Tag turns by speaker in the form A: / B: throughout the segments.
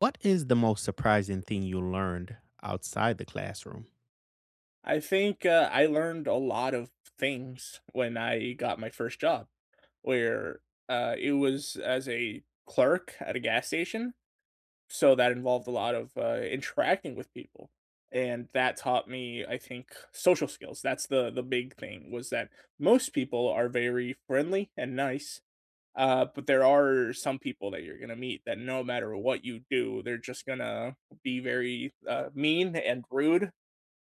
A: What is the most surprising thing you learned outside the classroom?
B: I think, I learned a lot of things when I got my first job, where, it was as a clerk at a gas station, so that involved a lot of, interacting with people, and that taught me, I think, social skills. That's the big thing, was that most people are very friendly and nice, but there are some people that you're gonna meet that no matter what you do, they're just gonna be very, mean and rude,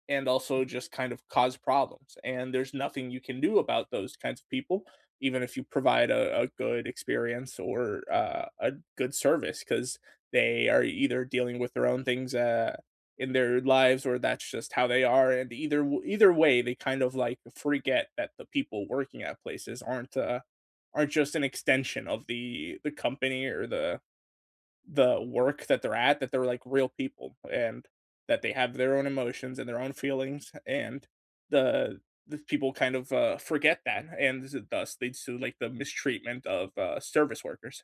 B: and also just kind of cause problems. And there's nothing you can do about those kinds of people, even if you provide a good experience or a good service, because they are either dealing with their own things in their lives or that's just how they are. And either way, they kind of like forget that the people working at places aren't just an extension of the company or the work that they're at, that they're like real people and that they have their own emotions and their own feelings and the people kind of, forget that and thus leads to, like, the mistreatment of, service workers.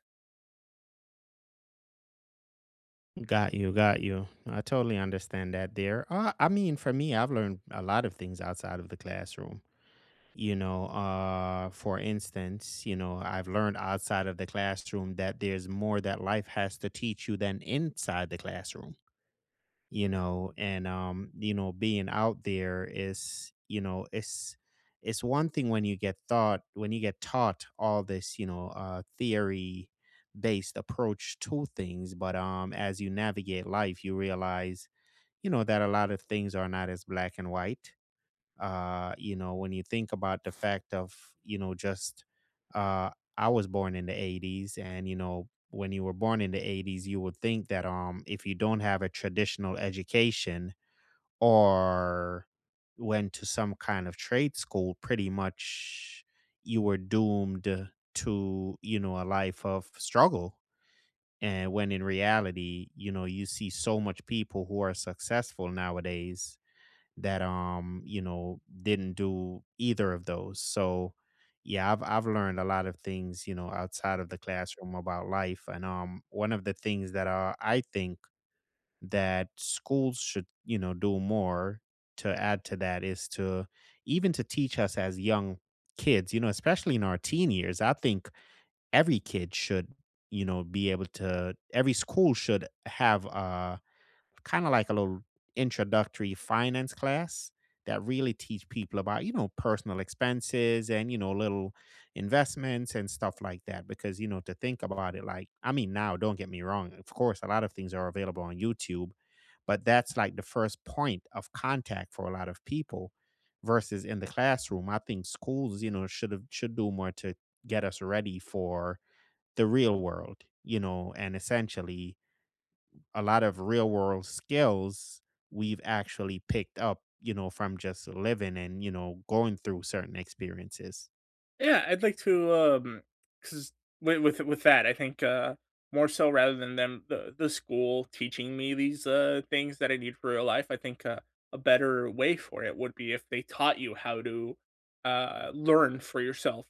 A: Got you, got you. No, I totally understand that there. For me, I've learned a lot of things outside of the classroom. For instance, I've learned outside of the classroom that there's more that life has to teach you than inside the classroom. You know and you know Being out there is, it's one thing when you get taught all this, theory based approach to things. But as you navigate life, you realize, you know, that a lot of things are not as black and white. When you think about the fact of, you know, just uh I was born in the 80s, and you know, when you were born in the 80s, you would think that, um, if you don't have a traditional education or went to some kind of trade school, pretty much you were doomed to, you know, a life of struggle. And when in reality, you know, you see so much people who are successful nowadays that, um, you know, didn't do either of those. So yeah, I've learned a lot of things, you know, outside of the classroom about life. And one of the things that I think that schools should, you know, do more to add to that is to, even to teach us as young kids, you know, especially in our teen years, I think every kid should, you know, be able to, every school should have kind of like a little introductory finance class that really teach people about, you know, personal expenses and, you know, little investments and stuff like that. Because, you know, to think about it, I mean now, don't get me wrong, of course a lot of things are available on YouTube, but that's like the first point of contact for a lot of people. Versus in the classroom, I think schools, you know, should do more to get us ready for the real world, you know. And essentially, a lot of real world skills we've actually picked up, you know, from just living and, you know, going through certain experiences.
B: Yeah, I'd like to, 'cause with that, I think, more so rather than the school teaching me these, things that I need for real life, I think, a better way for it would be if they taught you how to, learn for yourself,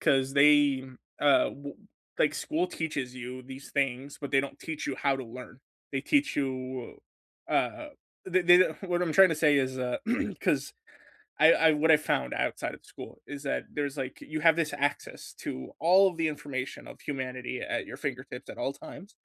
B: cause they, w like, school teaches you these things, but they don't teach you how to learn. They teach you, uh, they don't- what I'm trying to say is, cause. I what I found outside of school is that there's like you have this access to all of the information of humanity at your fingertips at all times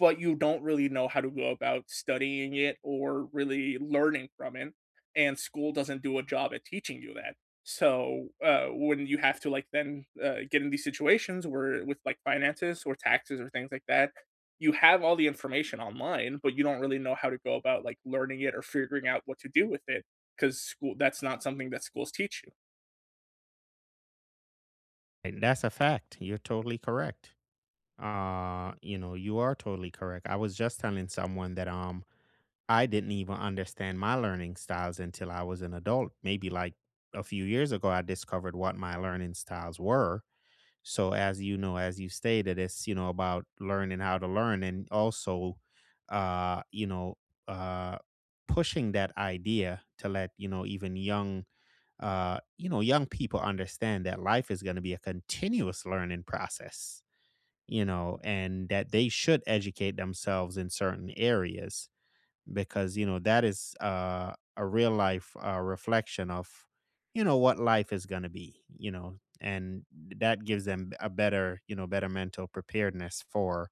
B: but you don't really know how to go about studying it or really learning from it, and school doesn't do a job at teaching you that. So, when you have to, like, get in these situations where with, like, finances or taxes or things like that, you have all the information online, but you don't really know how to go about, like, learning it or figuring out what to do with it because school that's not something that schools teach you.
A: And that's a fact. You're totally correct. You know, you are totally correct. I was just telling someone that, um, I didn't even understand my learning styles until I was an adult. Maybe like a few years ago I discovered what my learning styles were. So as you know, as you stated, it's, you know, about learning how to learn. And also, uh, you know, uh, pushing that idea to let you know, even young people understand that life is going to be a continuous learning process. You know, and that they should educate themselves in certain areas. Because, you know, that is a real life reflection of, you know, what life is going to be, you know. And that gives them a better you know better mental preparedness for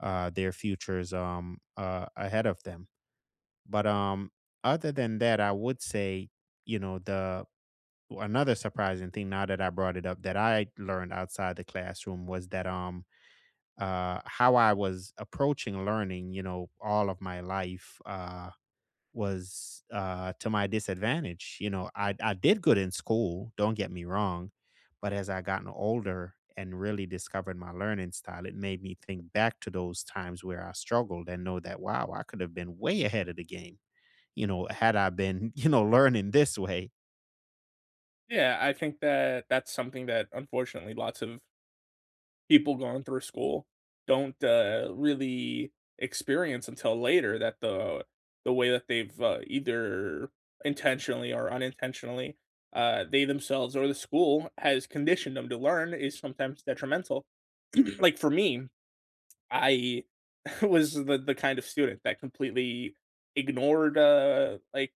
A: their futures ahead of them. But other than that, I would say, you know, the another surprising thing, now that I brought it up, that I learned outside the classroom was that, um, how I was approaching learning, you know, all of my life, was, to my disadvantage. You know, I did good in school, don't get me wrong, but as I gotten older and really discovered my learning style, it made me think back to those times where I struggled and know that wow, I could have been way ahead of the game, you know, had I been, you know, learning this way.
B: Yeah, I think that that's something that, unfortunately, lots of people going through school don't, really experience until later that the way that they've, either intentionally or unintentionally, they themselves or the school has conditioned them to learn is sometimes detrimental. Like, for me, I was the kind of student that completely ignored, uh, like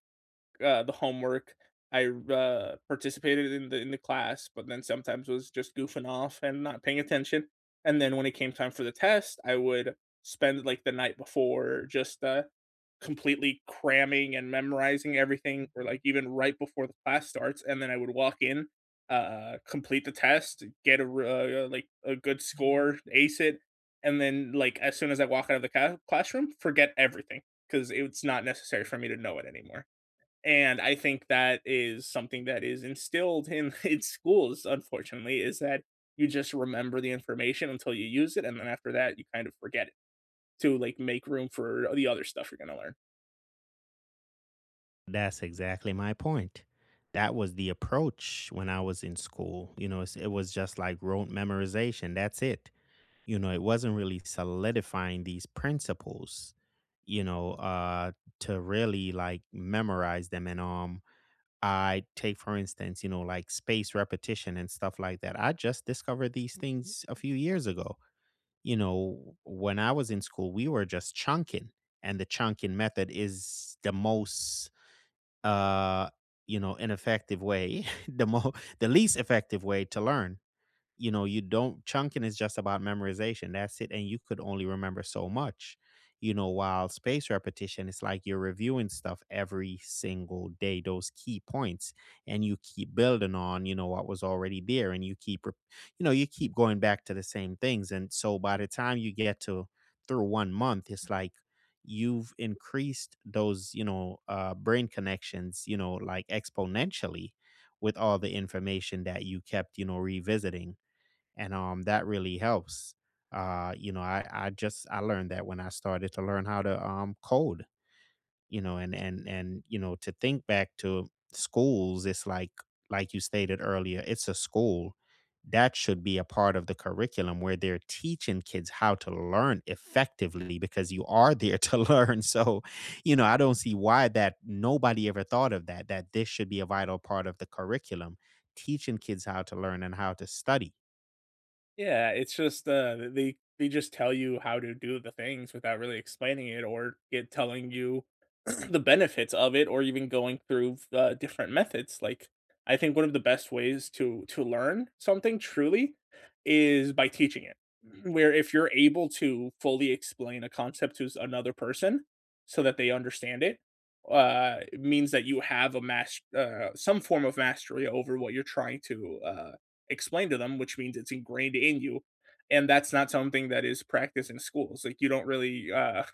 B: uh, the homework. I participated in the class, but then sometimes was just goofing off and not paying attention. And then when it came time for the test, I would spend like the night before just completely cramming and memorizing everything, or like even right before the class starts. And then I would walk in, complete the test, get like a good score, ace it, and then like as soon as I walk out of the classroom, forget everything because it's not necessary for me to know it anymore. And I think that is something that is instilled in in schools, unfortunately, is that you just remember the information until you use it, and then after that you kind of forget it to like make room for the other stuff you're going to learn.
A: That's exactly my point. That was the approach when I was in school. You know, it was just like rote memorization. That's it. You know it wasn't really solidifying these principles, you know uh to really like memorize them. And I take, for instance, you know, like space repetition and stuff like that, I just discovered these things a few years ago. You know, when I was in school, we were just chunking. And the chunking method is the most uh ineffective way, the most, the least effective way to learn. You know, you don't chunking is just about memorization, that's it, and you could only remember so much. You know, while space repetition, it's like you're reviewing stuff every single day, those key points, and you keep building on, you know, what was already there, and you keep you keep going back to the same things. And so by the time you get to through one month, it's like you've increased those, brain connections, you know, like exponentially, with all the information that you kept, you know, revisiting. And that really helps. I learned that when I started to learn how to, um, code. You know, and you know, to think back to schools, it's like you stated earlier, it's a school that should be a part of the curriculum where they're teaching kids how to learn effectively, because you are there to learn. So you know, I don't see why that nobody ever thought of that, that this should be a vital part of the curriculum: teaching kids how to learn and how to study.
B: Yeah, it's just they just tell you how to do the things without really explaining it or it telling you the benefits of it or even going through different methods. Like, I think one of the best ways to learn something truly is by teaching it. Where if you're able to fully explain a concept to another person so that they understand it, it means that you have some form of mastery over what you're trying to explained to them, which means it's ingrained in you. And that's not something that is practiced in schools. Like, you don't really uh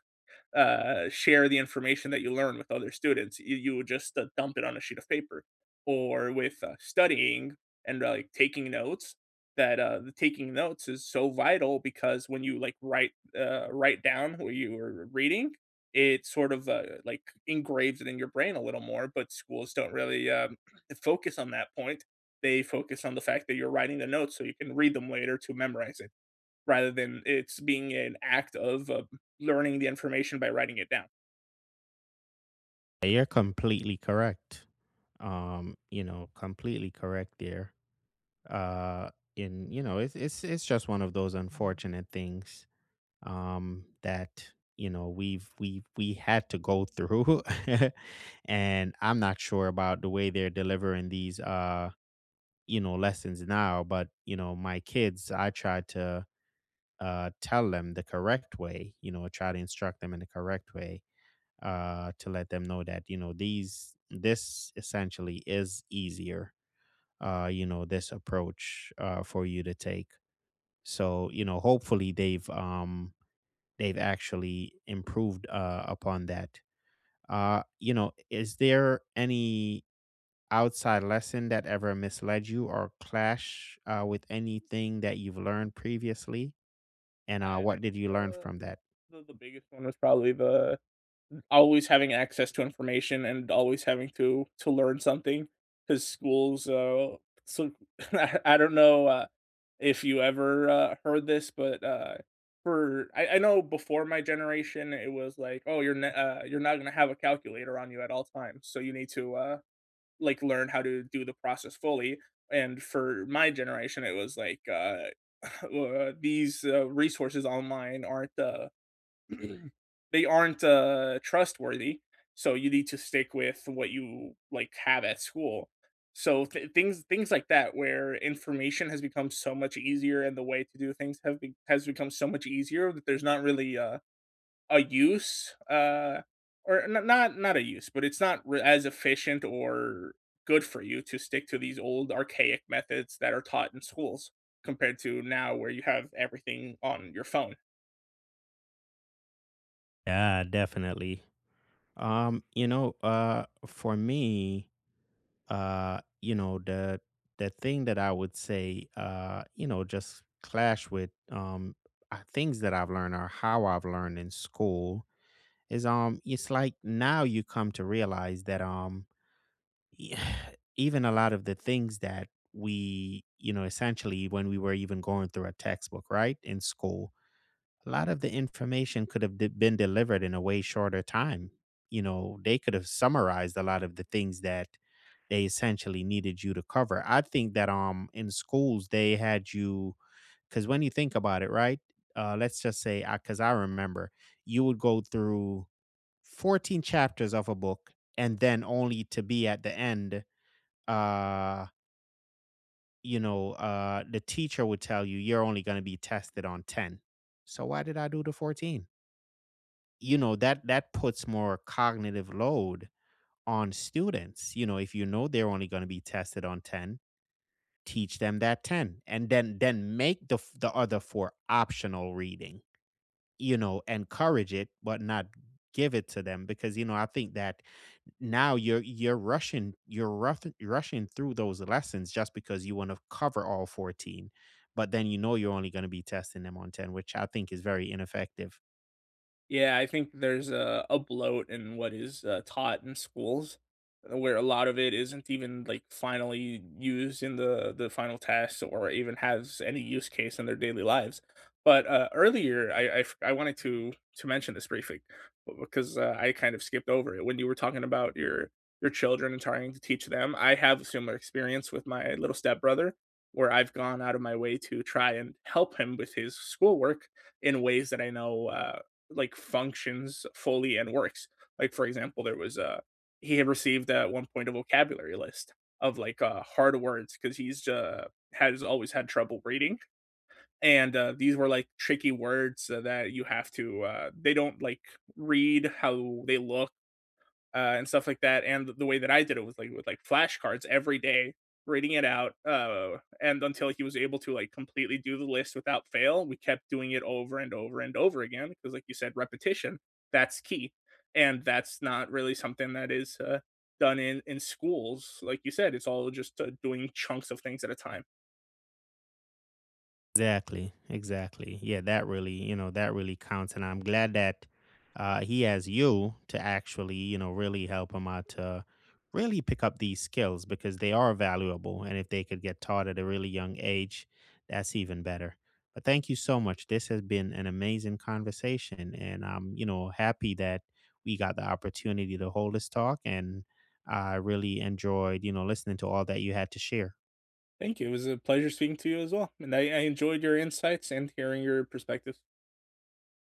B: uh, share the information that you learn with other students. You would just dump it on a sheet of paper, or with studying and like taking notes. That the taking notes is so vital, because when you like write down what you were reading, it sort of like engraves it in your brain a little more. But schools don't really focus on that point. They focus on the fact that you're writing the notes so you can read them later to memorize it, rather than it's being an act of, learning the information by writing it down.
A: You're completely correct. You know, completely correct there. Uh, in You know, it's it's just one of those unfortunate things, um, that, you know, we had to go through. And I'm not sure about the way they're delivering these, you know, lessons now, but you know, my kids, I try to tell them the correct way, you know, try to instruct them in the correct way, to let them know that, you know, these this essentially is easier. You know, this approach, for you to take. So you know, hopefully they've, they've actually improved, upon that. You know, is there any outside lesson that ever misled you or clash, with anything that you've learned previously? And
B: Yeah, I
A: what
B: think
A: did you learn from that?
B: the biggest one was probably the always having access to information and always having to learn something. Because schools, so I don't know, if you ever, heard this, but, for I know before my generation, it was like, "Oh, you're not gonna have a calculator on you at all times, so you need to, like learn how to do the process fully. And for my generation, it was like these resources online aren't they aren't trustworthy, so you need to stick with what you like have at school. So things like that, where information has become so much easier, and the way to do things has become so much easier that there's not really a use, or n not not a use, but it's not re as efficient or good for you to stick to these old archaic methods that are taught in schools compared to now where you have everything on your phone.
A: Yeah, definitely. You know, for me, you know, the thing that I would say, you know, just clash with, um, things that I've learned or how I've learned in school is, um, it's like now you come to realize that, um, even a lot of the things that we, you know, essentially when we were even going through a textbook, right, in school, a lot of the information could have been delivered in a way shorter time. You know, they could have summarized a lot of the things that they essentially needed you to cover. I think that, um, in schools they had you, because when you think about it, right? Let's just say, because I remember, you would go through 14 chapters of a book, and then only to be at the end, uh uh, the teacher would tell you you're only going to be tested on 10. So why did I do the 14? You know, that puts more cognitive load on students. You know, if you know they're only going to be tested on 10, teach them that 10, and then make the other 4 optional reading. You know, encourage it, but not give it to them. Because you know, I think that now you're rushing rushing through those lessons just because you want to cover all 14. But then, you know, you're only going to be testing them on 10, which I think is very ineffective.
B: Yeah, I think there's a bloat in what is, taught in schools, where a lot of it isn't even, like, finally used in the final tests or even has any use case in their daily lives. But, earlier, I wanted to mention this briefly, b because, I kind of skipped over it when you were talking about your children and trying to teach them. I have a similar experience with my little stepbrother, where I've gone out of my way to try and help him with his schoolwork in ways that I know, like functions fully and works. Like, for example, there was he had received at one point a vocabulary list of like hard words because he's has always had trouble reading, and these were like tricky words that you have to they don't like read how they look, and stuff like that. And the way that I did it was like with like flashcards every day, reading it out. And until he was able to like completely do the list without fail, we kept doing it over and over and over again because, like you said, repetition, that's key, and that's not really something that is done in schools. Like you said, it's all just doing chunks of things at a time.
A: Exactly, exactly. Yeah, that really, you know, that really counts. And I'm glad that, he has you to actually, you know, really help him out to really pick up these skills, because they are valuable. And if they could get taught at a really young age, that's even better. But thank you so much. This has been an amazing conversation, and I'm, you know, happy that we got the opportunity to hold this talk, and I really enjoyed, you know, listening to all that you had to share.
B: Thank you. It was a pleasure speaking to you as well, and I enjoyed your insights and hearing your perspectives.